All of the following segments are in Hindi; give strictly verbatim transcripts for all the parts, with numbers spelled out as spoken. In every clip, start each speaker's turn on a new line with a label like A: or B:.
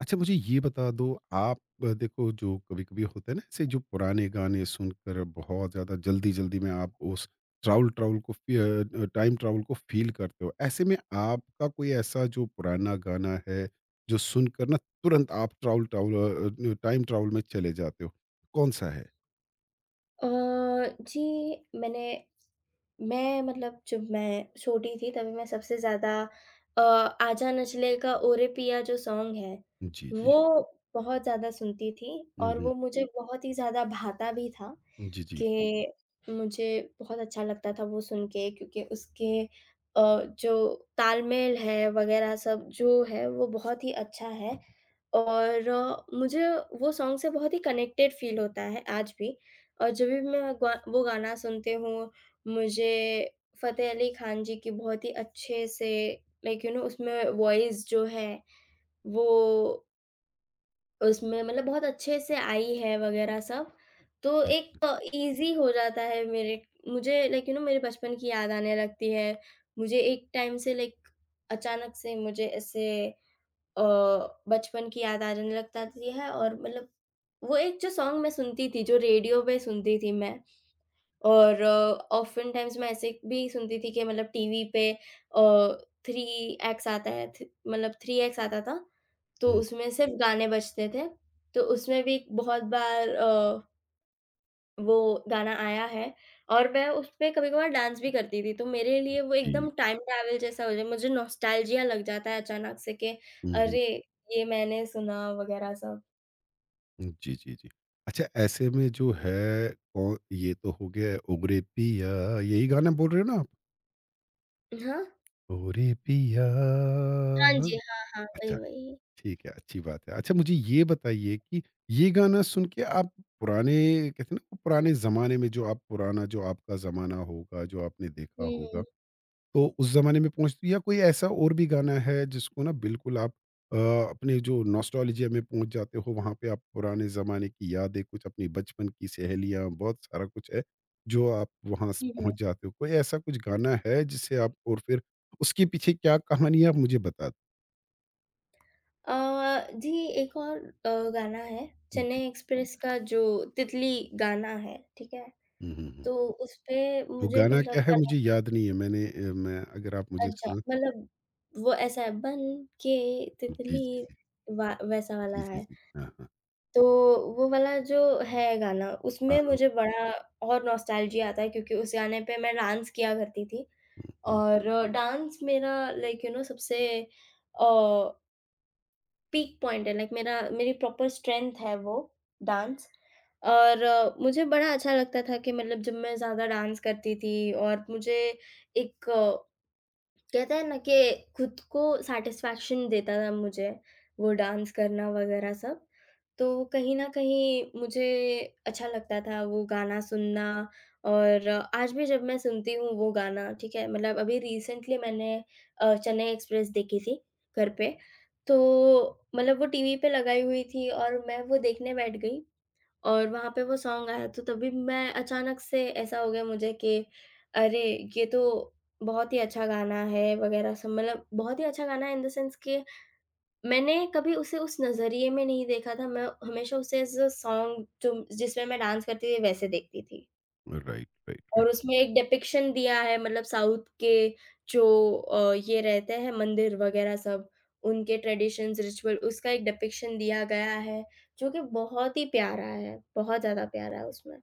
A: अच्छा मुझे ये बता दो आप। अ, देखो जो कभी-कभी होता है ना, ऐसे जो पुराने गाने सुनकर बहुत ज़्यादा जल्दी-जल्दी में आप उस ट्रैवल ट्रैवल को फी अ, टाइम ट्रैवल को फ़ील करते हो। ऐसे में आपका कोई ऐसा जो पुराना गाना है, जो सुनकर ना तुरंत आप ट्रैवल ट्रैवल अ, टाइम ट्रैवल में चले जाते हो, कौन-सा है?
B: अ, जी, मैंने मैं मतलब जब मैं छोटी थी तभी मैं सबसे ज़्यादा अ, आजा नचले का ओरे पिया जो सॉन्ग है।
A: जी,
B: हुँ।
A: जी।
B: वो बहुत ज़्यादा सुनती थी
A: हुँ,
B: और
A: हुँ।
B: वो मुझे बहुत ही ज़्यादा भाता भी था
A: जी, जी।
B: कि मुझे बहुत अच्छा लगता था वो सुन के, क्योंकि उसके अ, जो तालमेल है वग़ैरह सब जो है वो बहुत ही अच्छा है। और अ, मुझे वो सॉन्ग से बहुत ही कनेक्टेड फ़ील होता है आज भी। और जब भी मैं गा वो गाना सुनती हूँ मुझे फ़तेह अली खान जी की बहुत ही अच्छे से लाइक यू नो उसमें वॉइस जो है वो उसमें मतलब बहुत अच्छे से आई है वगैरह सब। तो एक ईज़ी हो जाता है मेरे मुझे, लाइक यू नो मेरे बचपन की याद आने लगती है। मुझे एक टाइम से लाइक अचानक से मुझे ऐसे अ, बचपन की याद आने लगती है और मतलब वो एक जो सॉन्ग मैं सुनती थी, जो रेडियो पे सुनती थी मैं। और ऑफ़्टन टाइम्स मैं ऐसे भी सुनती थी कि मतलब टीवी पे अ, थ्री एक्स आता है थ मतलब थ्री एक्स आता था, तो
A: हुँ,
B: उसमें सिर्फ़ गाने बजते थे। तो उसमें भी बहुत बार अ, वो गाना आया है और मैं उसपे कभी-कभार डांस भी करती थी। तो मेरे लिए वो
A: जी।
B: एकदम टाइम ट्रैवल जैसा हो जाए, मुझे नॉस्टैल्जिया लग जाता है अचानक से कि
A: हुँ, हुँ।
B: अरे! ये मैंने सुना वगैरह सब।
A: हुँ, जी, जी, जी। अच्छा ऐसे में जो है कौ ये तो हो गया है ओगरे पिया, यही गाना बोल रहे हो ना आप?
B: हाँ।
A: ओरे पिया।
B: हाँ जी, हाँ, हाँ। वही,
A: अच्छा,
B: वही।
A: ठीक है, अच्छी बात है। अच्छा मुझे ये बताइए कि ये गाना सुन के आप पुराने, कहते हैं ना, वो पुराने ज़माने में जो आप पुराना जो आपका ज़माना होगा, जो आपने देखा
B: हुँ,
A: होगा,
B: हुँ।
A: तो उस ज़माने में पहुँचती, या कोई ऐसा और भी गाना है जिसको ना बिल्कुल आप अ, अपने जो नॉस्टैल्जिया में पहुँच जाते हो, वहाँ पे आप पुराने ज़माने की यादें, कुछ अपनी बचपन की सहेलियाँ, बहुत सारा कुछ है, जो आप वहाँ स
B: हुँ, हुँ।
A: पहुँच जाते हो। कोई ऐसा कुछ गाना है जिससे आप, और फिर उसके पीछे क्या कहानी है, आप मुझे बता दो।
B: अ, जी, एक और अ, गाना है,
A: जी।
B: चेन्नई एक्सप्रेस का जो तितली गाना है, ठीक है?
A: हुँ, हुँ, हुँ।
B: तो उसपे
A: वो
B: मुझे
A: गाना क्या
B: मतलब
A: है
B: अलग
A: मुझे याद नहीं है। मैंने अ, मैं अगर आप मुझे
B: अच्छा,
A: सुना।
B: मतलब वो ऐसा है बन के
A: जी, जी,
B: तितली
A: जी।
B: वा वैसा वाला
A: जी, जी,
B: है।
A: जी। हाँ, हाँ।
B: तो वो वाला जो है गाना,
A: हाँ,
B: उसमें
A: हाँ।
B: मुझे बड़ा और नॉस्टैल्जिया आता है, क्योंकि उस गाने पे मैं डांस किया करती थी
A: हुँ, हुँ।
B: और डांस मेरा लाइक यू नो सबसे अ पीक पॉइंट है, लाइक मेरा मेरी प्रॉपर स्ट्रेंथ है वो डांस। और अ, मुझे बड़ा अच्छा लगता था कि मतलब जब मैं ज़्यादा डांस करती थी और मुझे एक कहते हैं ना कि खुद को सैटिस्फैक्शन देता था मुझे, वो डांस करना वगैरह सब। तो कहीं न कहीं मुझे अच्छा लगता था वो गाना सुनना और आज भी जब मैं सुनती हूँ वो गाना, ठीक है? मतलब अभी रिसेंटली मैंने अ, चेन्नई एक्सप्रेस देखी थी घर पे, तो मतलब वो टीवी पे लगाई हुई थी और मैं वो देखने बैठ गई। और वहाँ पे वो सॉन्ग आया तो तभी मैं अचानक से ऐसा हो गया मुझे कि अरे! ये तो बहुत ही अच्छा गाना है वग़ैरह सब, मतलब बहुत ही अच्छा गाना है इन द सेंस कि मैंने कभी उसे उस नज़रिए में नहीं देखा था, मैं हमेशा उसे एज़ अ सॉन्ग जो जिसमें मैं डांस करती थी वैसे देखती थी।
A: राइट, राइट,
B: और
A: राइट।
B: उसमें एक डिपिक्शन दिया है मतलब साउथ के जो अ, ये रहते हैं मंदिर वग़ैरह सब, उनके ट्रेडिशंस, रिचुअल उसका एक डिपिक्शन दिया गया है, जो कि बहुत ही प्यारा है, बहुत ज़्यादा प्यारा है उसमें।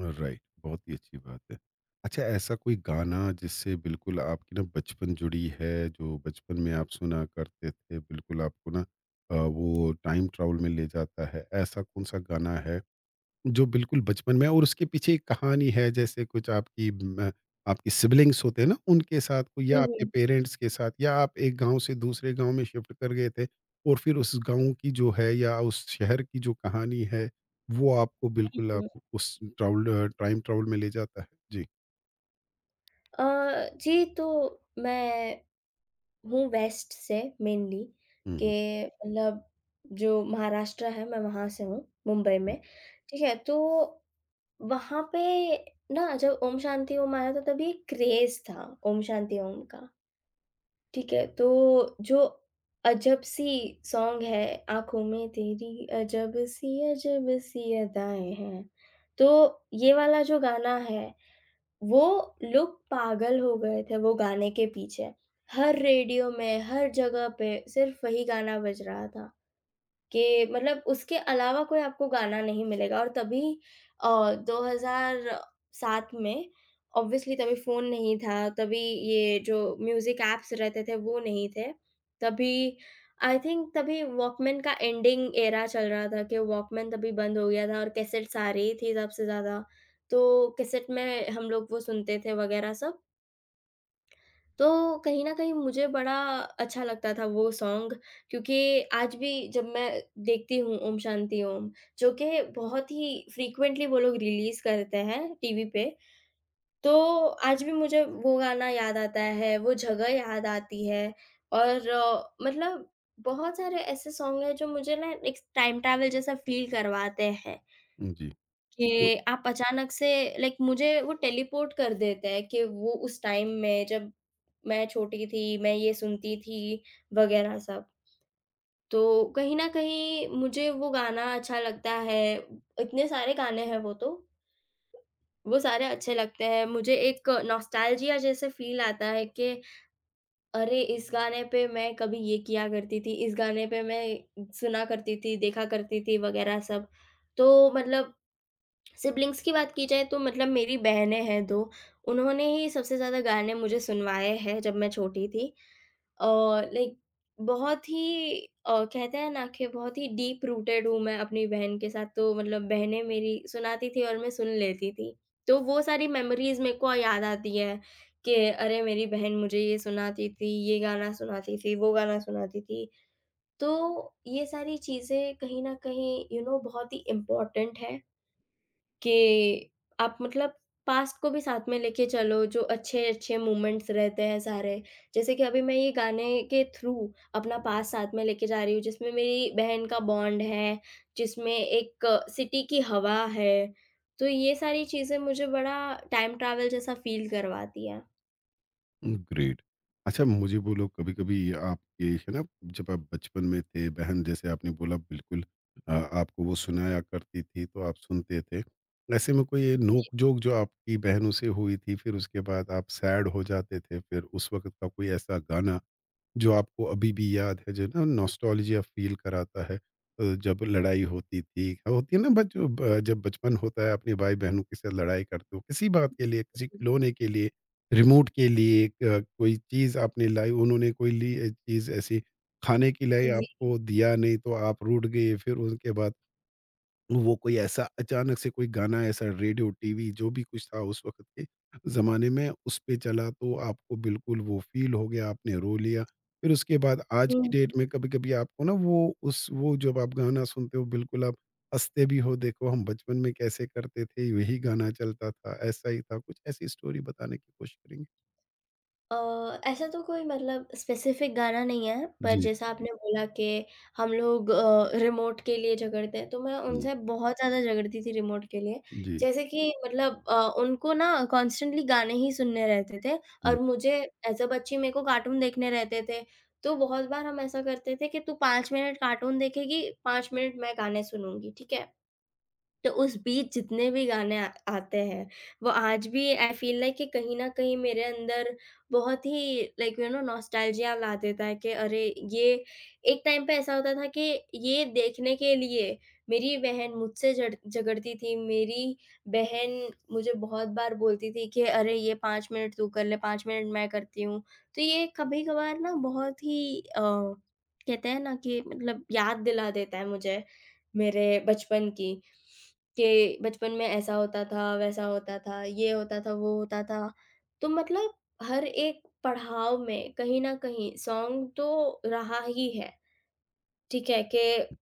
A: राइट, बहुत ही अच्छी बात है। अच्छा, ऐसा कोई गाना जिससे बिल्कुल आपकी ना बचपन जुड़ी है, जो बचपन में आप सुना करते थे, बिल्कुल आपको ना अ, वो टाइम ट्रैवल में ले जाता है, ऐसा कौन-सा गाना है? जो बिल्कुल बचपन में, और उसके पीछे एक कहानी है, जैसे कुछ आपकी म, आपकी सिबलिंग्स होते हैं ना, उनके साथ कोई, या
B: हुँ,
A: आपके
B: हुँ,
A: पेरेंट्स के साथ, या आप एक गांव से दूसरे गांव में शिफ्ट कर गए थे, और फिर उस गांव की जो है, या उस शहर की जो कहानी है, वो आपको बिल्कुल
B: बिल्कुल।
A: आप उस ट्राउल टाइम ट्राउल में ले जाता है जी।
B: अ, जी, तो मैं हूँ वेस्ट से मेनली, कि
A: हम्म।
B: मतलब जो महाराष्ट्र है, मैं वहाँ से हूँ, मुंबई
A: हम्म,
B: में, ठीक है? तो वहाँ पे ना जब ओम शांति ओम आया था, तभी क्रेज़ था ओम शांति ओम का, ठीक है? तो जो अजब-सी सॉन्ग है, आँखों में तेरी अजब-सी अजब-सी अदाएँ हैं, तो ये वाला जो गाना है वो लोग पागल हो गए थे वो गाने के पीछे। हर रेडियो में, हर जगह पे सिर्फ़ वही गाना बज रहा था। कि मतलब उसके अलावा कोई आपको गाना नहीं मिलेगा। और तभी अ, दो हज़ार सात में ऑब्वियसली तभी फ़ोन नहीं था, तभी ये जो म्यूज़िक ऐप्स रहते थे वो नहीं थे। तभी आई थिंक तभी वॉकमैन का एंडिंग एरा चल रहा था, कि वॉकमैन तभी बंद हो गया था और कैसेट्स आ रही थी सबसे ज़्यादा, तो कैसेट में हम लोग वो सुनते थे वगैरह सब। तो कहीं न कहीं मुझे बड़ा अच्छा लगता था वो सॉन्ग, क्योंकि आज भी जब मैं देखती हूँ ओम शांति ओम, जो कि बहुत ही फ्रीक्वेंटली वो लोग रिलीज़ करते हैं टीवी पे, तो आज भी मुझे वो गाना याद आता है, वो जगह याद आती है और अ, मतलब बहुत सारे ऐसे सॉन्ग हैं जो मुझे ना एक टाइम ट्रैवल जैसा फ़ील करवाते हैं।
A: हम्म, जी।
B: कि आप अचानक से लाइक मुझे वो टेलीपोर्ट कर देते हैं कि वो उस टाइम में जब मैं छोटी थी, मैं ये सुनती थी वगैरह सब। तो कहीं न कहीं मुझे वो गाना अच्छा लगता है, इतने सारे गाने हैं वो तो, वो सारे अच्छे लगते हैं। मुझे एक नॉस्टैल्जिया जैसे फ़ील आता है कि अरे! इस गाने पे मैं कभी ये किया करती थी, इस गाने पे मैं सुना करती थी, देखा करती थी वगैरह सब। तो मतलब सिबलिंग्स की बात की जाए तो मतलब मेरी बहनें हैं दो। उन्होंने ही सबसे ज़्यादा गाने मुझे सुनवाए हैं जब मैं छोटी थी। और लाइक बहुत ही अ, कहते हैं ना कि बहुत ही डीप रूटेड हूँ मैं अपनी बहन के साथ, तो मतलब बहनें मेरी सुनाती थी और मैं सुन लेती थी। तो वो सारी मेमोरीज़ मेरे को याद आती है कि अरे! मेरी बहन मुझे ये सुनाती थी, ये गाना सुनाती थी, वो गाना सुनाती थी। तो ये सारी चीज़ें कहीं न कहीं यू you नो know, बहुत ही इम्पोर्टेंट है। कि आप मतलब पास्ट को भी साथ में लेके चलो, जो अच्छे-अच्छे मोमेंट्स रहते हैं सारे। जैसे कि अभी मैं ये गाने के थ्रू अपना पास्ट साथ में लेके जा रही हूँ, जिसमें मेरी बहन का बॉन्ड है, जिसमें एक सिटी की हवा है। तो ये सारी चीज़ें मुझे बड़ा टाइम ट्रैवल जैसा फ़ील करवाती हैं।
A: ग्रेट। अच्छा मुझे बोलो, कभी-कभी आपके है ना, जब आप बचपन में थे, बहन जैसे आपने बोला, बिल्कुल अ, आपको वो सुनाया करती थी तो आप सुनते थे। ऐसे में कोई
B: जी।
A: नोक-झोंक जो आपकी बहनों से हुई थी, फिर उसके बाद आप सैड हो जाते थे, फिर उस वक़्त का कोई ऐसा गाना जो आपको अभी भी याद है, जो ना नॉस्टैल्जिया फ़ील कराता है? अ, जब लड़ाई होती थी, हाँ, होती है ना, बच ब जब बचपन होता है अपने भाई-बहनों के साथ लड़ाई करते हो, किसी बात के लिए, किसी खिलौने के लिए, रिमोट के लिए, क कोई चीज़ आपने लाई, उन्होंने कोई ली अ, चीज़ ऐसी खाने की लाई,
B: जी।
A: आपको दिया नहीं तो आप रूठ गए, फिर उनके बाद वो कोई ऐसा अचानक से कोई गाना ऐसा, रेडियो, टीवी जो भी कुछ था उस वक़्त के ज़माने में, उस पे चला तो आपको बिल्कुल वो फ़ील हो गया, आपने रो लिया। फिर उसके बाद आज की
B: हुँ।
A: डेट में कभी-कभी आपको ना, वो उस वो जब आप गाना सुनते हो बिल्कुल आप हँसते भी हो, देखो हम बचपन में कैसे करते थे, यही गाना चलता था, ऐसा ही था। कुछ ऐसी स्टोरी बताने की कोशिश करेंगे।
B: अ, ऐसा तो कोई मतलब स्पेसिफ़िक गाना नहीं है, पर
A: जी।
B: जैसा आपने बोला कि हम लोग अ, रिमोट के लिए झगड़ते हैं, तो मैं
A: हुँ।
B: उनसे बहुत ज़्यादा झगड़ती थी रिमोट के लिए।
A: जी।
B: जैसे कि मतलब अ, उनको ना कॉन्स्टेंटली गाने ही सुनने रहते थे और
A: हुँ।
B: मुझे एज़ अ बच्ची मेरे को कार्टून देखने रहते थे। तो बहुत बार हम ऐसा करते थे कि तू पाँच मिनट कार्टून देखेगी, पाँच मिनट मैं गाने सुनूँगी, ठीक है? तो उस बीच जितने भी गाने आ आते हैं, वो आज भी आई फ़ील लाइक कि कहीं न कहीं मेरे अंदर बहुत ही लाइक यू नो नॉस्टैल्जिया ला देता है कि अरे! ये एक टाइम पे ऐसा होता था कि ये देखने के लिए मेरी बहन मुझसे झड़ झगड़ती थी, मेरी बहन मुझे बहुत बार बोलती थी कि अरे! ये पाँच मिनट तू कर ले, पाँच मिनट मैं करती हूँ। तो ये कभी-कभार ना बहुत ही अ, कहते हैं ना कि मतलब याद दिला देता है मुझे, मेरे बचपन की। कि बचपन में ऐसा होता था, वैसा होता था, ये होता था, वो होता था। तो मतलब हर एक पड़ाव में कहीं न कहीं सॉन्ग तो रहा ही है, ठीक है? कि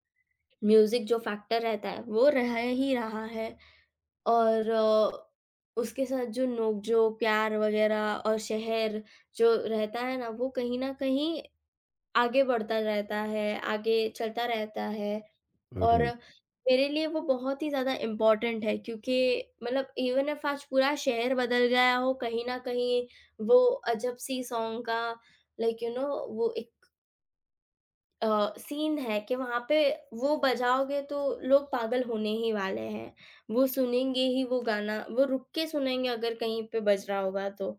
B: म्यूज़िक जो फैक्टर रहता है, वो रह ही रहा है और अ, उसके साथ जो नोक-झोंक, प्यार वग़ैरह और शहर जो रहता है ना, वो कहीं न कहीं आगे बढ़ता रहता है, आगे चलता रहता है। और
A: राइट।
B: मेरे लिए वो बहुत ही ज़्यादा इम्पोर्टेंट है, क्योंकि मतलब इवन इफ आज पूरा शहर बदल गया हो, कहीं न कहीं वो अजब-सी सॉन्ग का लाइक यू नो वो एक अ, सीन है कि वहाँ पे वो बजाओगे तो लोग पागल होने ही वाले हैं। वो सुनेंगे ही वो गाना, वो रुक के सुनेंगे अगर कहीं पे बज रहा होगा तो,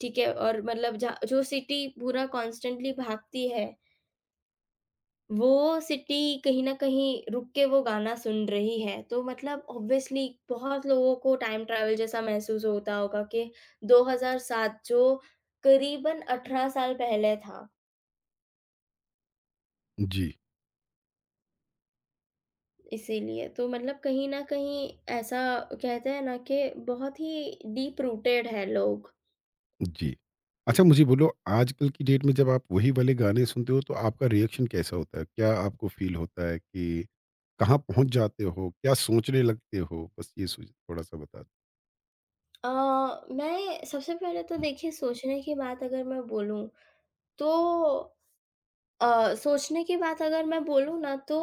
B: ठीक है? और मतलब जहाँ जो सिटी पूरा कॉन्स्टेंटली भागती है वो सिटी कहीं न कहीं रुक के वो गाना सुन रही है, तो मतलब ऑब्वियसली बहुत लोगों को टाइम ट्रैवल जैसा महसूस होता होगा कि दो हज़ार सात जो करीबन अठारह साल पहले था,
A: जी।
B: इसीलिए। तो मतलब कहीं न कहीं ऐसा कहते हैं ना कि बहुत ही डीप रूटेड है लोग।
A: जी। अच्छा मुझे बोलो, आजकल की डेट में जब आप वही वाले गाने सुनते हो तो आपका रिएक्शन कैसा होता है? क्या आपको फ़ील होता है कि कहाँ पहुँच जाते हो? क्या सोचने लगते हो? बस ये सोच थोड़ा-सा बता
B: अ, मैं सबसे पहले तो
A: दें।
B: देखिए सोचने की बात अगर मैं बोलूँ, तो अ, सोचने की बात अगर मैं बोलूँ ना तो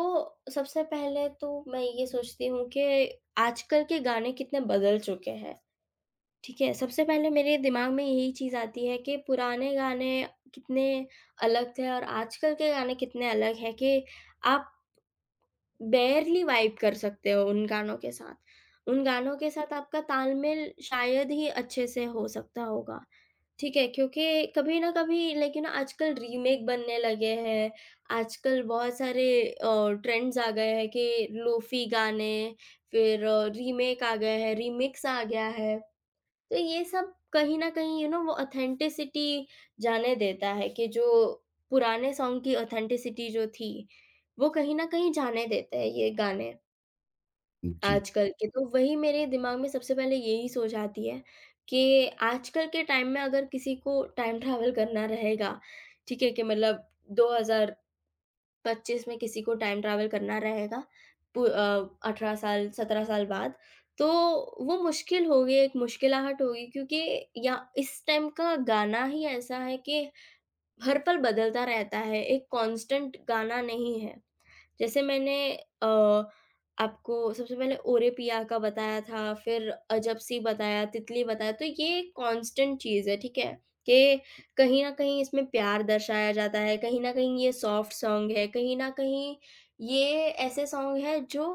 B: सबसे पहले तो मैं ये सोचती हूँ कि आजकल के गाने कितने बदल चुके हैं, ठीक है? सबसे पहले मेरे दिमाग में यही चीज़ आती है कि पुराने गाने कितने अलग थे और आजकल के गाने कितने अलग हैं, कि आप बेयरली वाइब कर सकते हो उन गानों के साथ। उन गानों के साथ आपका तालमेल शायद ही अच्छे से हो सकता होगा। ठीक है, क्योंकि कभी न कभी लेकिन ना आजकल रीमेक बनने लगे हैं, आजकल बहुत सारे अ, ट्रेंड्स आ गए हैं कि लोफ़ी गाने, फिर रीमेक आ गए हैं, रीमिक्स आ गया है। तो ये सब कहीं न कहीं यू नो वो ऑथेंटिसिटी जाने देता है कि जो पुराने सॉन्ग की ऑथेंटिसिटी जो थी, वो कहीं न कहीं जाने देते हैं ये गाने
A: जी,
B: आजकल के। तो वही मेरे दिमाग में सबसे पहले यही सोच आती है कि आजकल के टाइम में अगर किसी को टाइम ट्रैवल करना रहेगा, ठीक है? कि मतलब दो हज़ार पच्चीस में किसी को टाइम ट्रैवल करना रहेगा पु अ, अठारह साल, सत्रह साल बाद, तो वो मुश्किल होगी, एक मुश्किलाहट होगी, क्योंकि या इस टाइम का गाना ही ऐसा है कि हर पल बदलता रहता है, एक कांस्टेंट गाना नहीं है। जैसे मैंने अ, आपको सबसे पहले ओरेपिया का बताया था, फिर अजब सी बताया, तितली बताया, तो ये कांस्टेंट चीज़ है, ठीक है? कि कहीं न कहीं इसमें प्यार दर्शाया जाता है, कहीं न कहीं ये सॉफ्ट सॉन्ग है, कहीं न कहीं ये ऐसे सॉन्ग है जो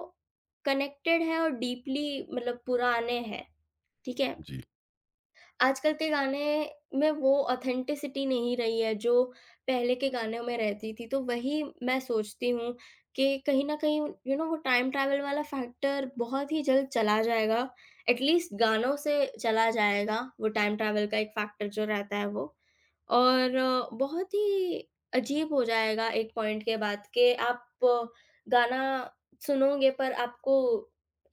B: कनेक्टेड है और डीपली मतलब पुराने हैं, ठीक है?
A: जी।
B: आजकल के गाने में वो ऑथेंटिसिटी नहीं रही है, जो पहले के गानों में रहती थी, तो वही मैं सोचती हूँ कि कहीं न कहीं यू नो वो टाइम ट्रैवल वाला फैक्टर बहुत ही जल्द चला जाएगा। एटलीस्ट गानों से चला जाएगा, वो टाइम ट्रैवल का एक फैक्टर जो रहता है वो। और अ, बहुत ही अजीब हो जाएगा एक पॉइंट के बाद कि आप अ, गाना सुनोगे पर आपको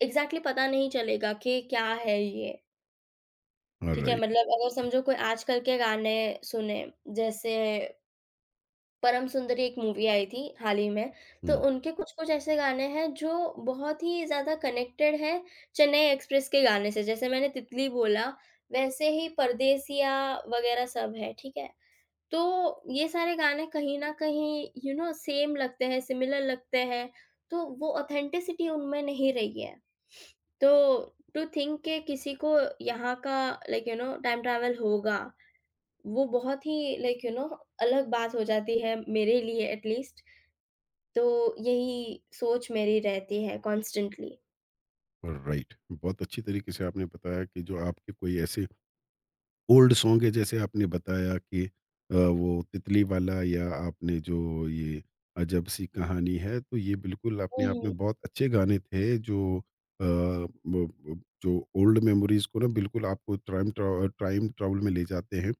B: एग्ज़ैक्टली पता नहीं चलेगा कि क्या है ये। ठीक है?
A: ऑलराइट।
B: मतलब अगर समझो कोई आजकल के गाने सुने, जैसे परम सुंदरी एक मूवी आई थी हाल ही में, तो
A: हुँ,
B: उनके कुछ-कुछ ऐसे गाने हैं जो बहुत ही ज़्यादा कनेक्टेड हैं चेन्नई एक्सप्रेस के गाने से। जैसे मैंने तितली बोला, वैसे ही परदेसिया वगैरह सब है, ठीक है? तो ये सारे गाने कहीं न कहीं यू नो सेम लगते हैं, सिमिलर लगते हैं, तो वो ऑथेंटिसिटी उनमें नहीं रही है। तो टू थिंक के किसी को यहाँ का like you know time travel होगा, वो बहुत ही लाइक यू नो अलग बात हो जाती है मेरे लिए एट लीस्ट। तो यही सोच मेरी रहती है कॉन्स्टेंटली।
A: ऑलराइट। बहुत अच्छी तरीके से आपने बताया कि जो आपके कोई ऐसे ओल्ड सॉन्ग है, जैसे आपने बताया कि अ, वो तितली वाला, या आपने जो ये अजब सी कहानी है, तो ये बिल्कुल अपने
B: हुँ,
A: आप
B: हुँ।
A: में बहुत अच्छे गाने थे, जो अ, ब- ब- जो ओल्ड मेमोरीज को ना बिल्कुल आपको टाइम टाइम ट्रैवल में ले जाते हैं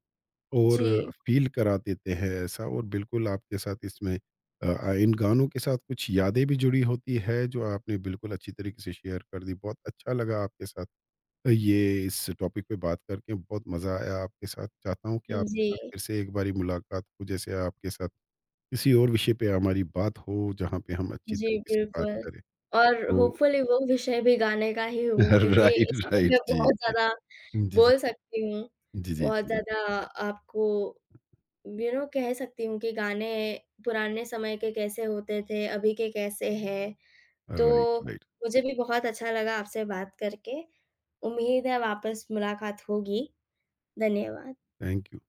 B: जी।
A: और फील करा देते हैं ऐसा, और बिल्कुल आपके साथ इसमें अ, इन गानों के साथ कुछ यादें भी जुड़ी होती है, जो आपने बिल्कुल अच्छी तरीके से शेयर कर दी। बहुत अच्छा लगा आपके साथ ये, इस टॉपिक पे बात करके बहुत मज़ा आया आपके साथ। चाहता हूँ कि आपके
B: जी।
A: साथ फिर से एक बारी मुलाकात हो, जैसे आपके साथ किसी और विषय पे हमारी बात हो, जहाँ पे हम अच्छी
B: जी,
A: तरीके से बात
B: बिल्कुल,
A: करें।
B: और
A: तो
B: होपफुली वो विषय भी गाने का ही हो क्योंकि
A: राइट,
B: इसमें मैं
A: राइट। जी,
B: बहुत
A: जी।
B: ज़्यादा
A: जी, जी।
B: बोल सकती हूँ,
A: जी, जी,
B: बहुत
A: जी।
B: ज़्यादा आपको यू नो कह सकती हूँ कि गाने पुराने समय के कैसे होते थे, अभी के कैसे हैं। तो
A: राइट, राइट।
B: मुझे भी बहुत अच्छा लगा आपसे बात करके, उम्मीद है वापस मुलाकात होगी। धन्यवाद।
A: Thank you.